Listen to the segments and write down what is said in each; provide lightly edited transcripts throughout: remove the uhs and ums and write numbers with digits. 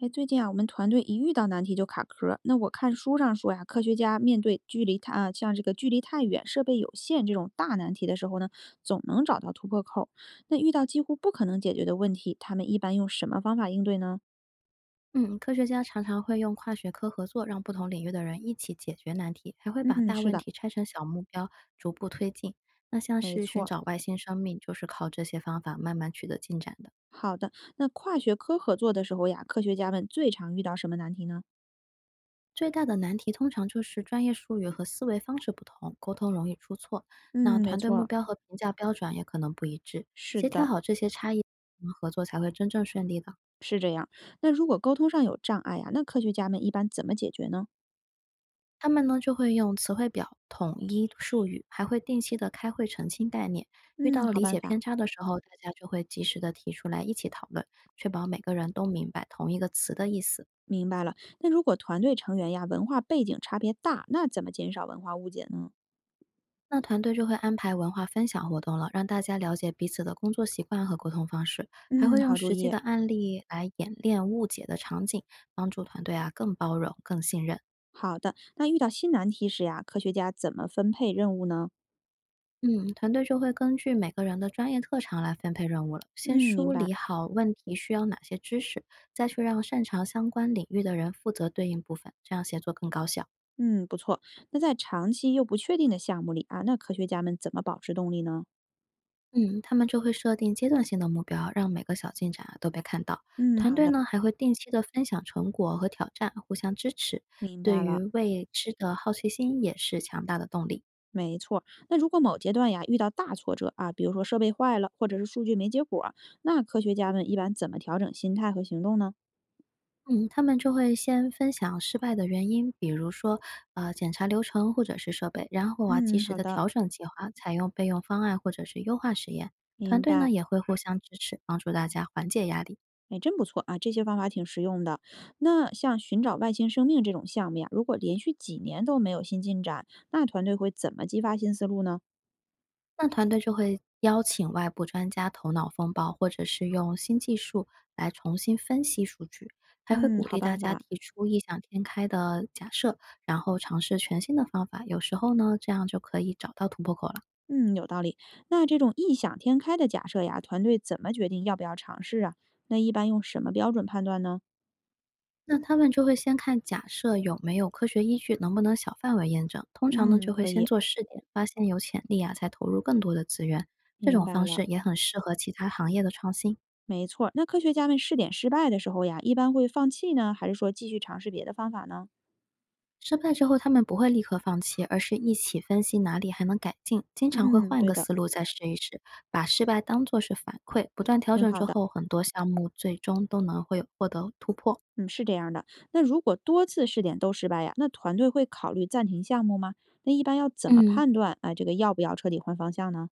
哎，最近啊，我们团队一遇到难题就卡壳。那我看书上说呀，科学家面对距离太像这个距离太远、设备有限这种大难题的时候呢，总能找到突破口。那遇到几乎不可能解决的问题，他们一般用什么方法应对呢？嗯，科学家常常会用跨学科合作，让不同领域的人一起解决难题，还会把嗯，大是问的，题拆成小目标，逐步推进。那像没是寻错。找外星生命，就是靠这些方法慢慢取得进展的。好的，那跨学科合作的时候呀，科学家们最常遇到什么难题呢？最大的难题通常就是专业术语和思维方式不同，沟通容易出错。那嗯，没团队目错，标和评价标准也可能不一致，是协调的，好这些差异，我们合作才会真正顺利的。是这样。那如果沟通上有障碍呀，那科学家们一般怎么解决呢？他们呢就会用词汇表统一术语，还会定期的开会澄清概念。遇嗯，到好理办解法。偏差的时候，大家就会及时的提出来一起讨论，确保每个人都明白同一个词的意思。明白了。那如果团队成员呀文化背景差别大，那怎么减少文化误解呢？那团队就会安排文化分享活动了，让大家了解彼此的工作习惯和沟通方式，还嗯，会用好主实际的意。案例来演练误解的场景，帮助团队啊更包容、更信任。好的，那遇到新难题时呀，科学家怎么分配任务呢？嗯，团队就会根据每个人的专业特长来分配任务了。先嗯，明梳理白。好问题需要哪些知识，再去让擅长相关领域的人负责对应部分，这样协作更高效。嗯，不错。那在长期又不确定的项目里啊，那科学家们怎么保持动力呢？嗯，他们就会设定阶段性的目标，让每个小进展啊都被看到。嗯，团好队的，呢还会定期的分享成果和挑战，互相支持，明对白于了。未知的好奇心也是强大的动力。没错。那如果某阶段呀遇到大挫折啊，比如说设备坏了，或者是数据没结果，那科学家们一般怎么调整心态和行动呢？嗯，他们就会先分享失败的原因，比如说，检查流程或者是设备，然后啊，及嗯，时好的的，调整计划，采用备用方案或者是优化实验。团明队呢白。也会互相支持，帮助大家缓解压力。哎，真不错啊，这些方法挺实用的。那像寻找外星生命这种项目呀，如果连续几年都没有新进展，那团队会怎么激发新思路呢？那团队就会邀请外部专家头脑风暴，或者是用新技术来重新分析数据，还会嗯，鼓好励大办家法。提出异想天开的假设，然后尝试全新的方法。有时候呢，这样就可以找到突破口了。嗯，有道理。那这种异想天开的假设呀，团队怎么决定要不要尝试啊？那一般用什么标准判断呢？那他们就会先看假设有没有科学依据，能不能小范围验证。通常呢，嗯，就会可先以，做试点，发现有潜力啊，才投入更多的资源。这明种白方式了。也很适合其他行业的创新。没错儿，那科学家们试点失败的时候呀，一般会放弃呢，还是说继续尝试别的方法呢？失败之后，他们不会立刻放弃，而是一起分析哪里还能改进，经常会嗯，换一个对的，思路再试一试，把失败当作是反馈，不断调挺整好之的。后，很多项目最终都能会获得突破。嗯，是这样的。那如果多次试点都失败呀，那团队会考虑暂停项目吗？那一般要怎么嗯，判断？啊？这个要不要彻底换方向呢？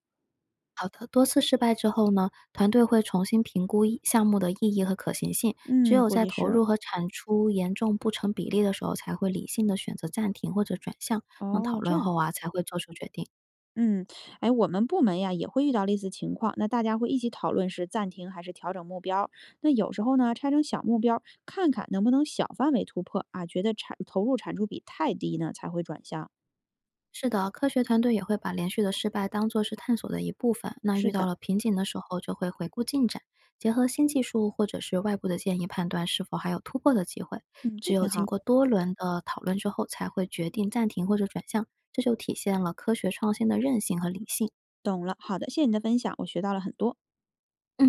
好的，多次失败之后呢，团队会重新评估一项目的意义和可行性，只嗯，有估在计投是。入和产出严重不成比例的时候，才会理性的选择暂停或者转向。那讨哦，这论样。后啊，才会做出决定。嗯，哎，我们部门呀也会遇到类似情况，那大家会一起讨论是暂停还是调整目标。那有时候呢，拆成小目标，看看能不能小范围突破啊。觉得产投入产出比太低呢，才会转向。是的，科学团队也会把连续的失败当作是探索的一部分。那遇是到的，了瓶颈的时候，就会回顾进展，结合新技术或者是外部的建议，判断是否还有突破的机会。嗯，只这有挺经好。过多轮的讨论之后，才会决定暂停或者转向，这就体现了科学创新的韧性和理性。懂了，好的，谢谢你的分享，我学到了很多。嗯。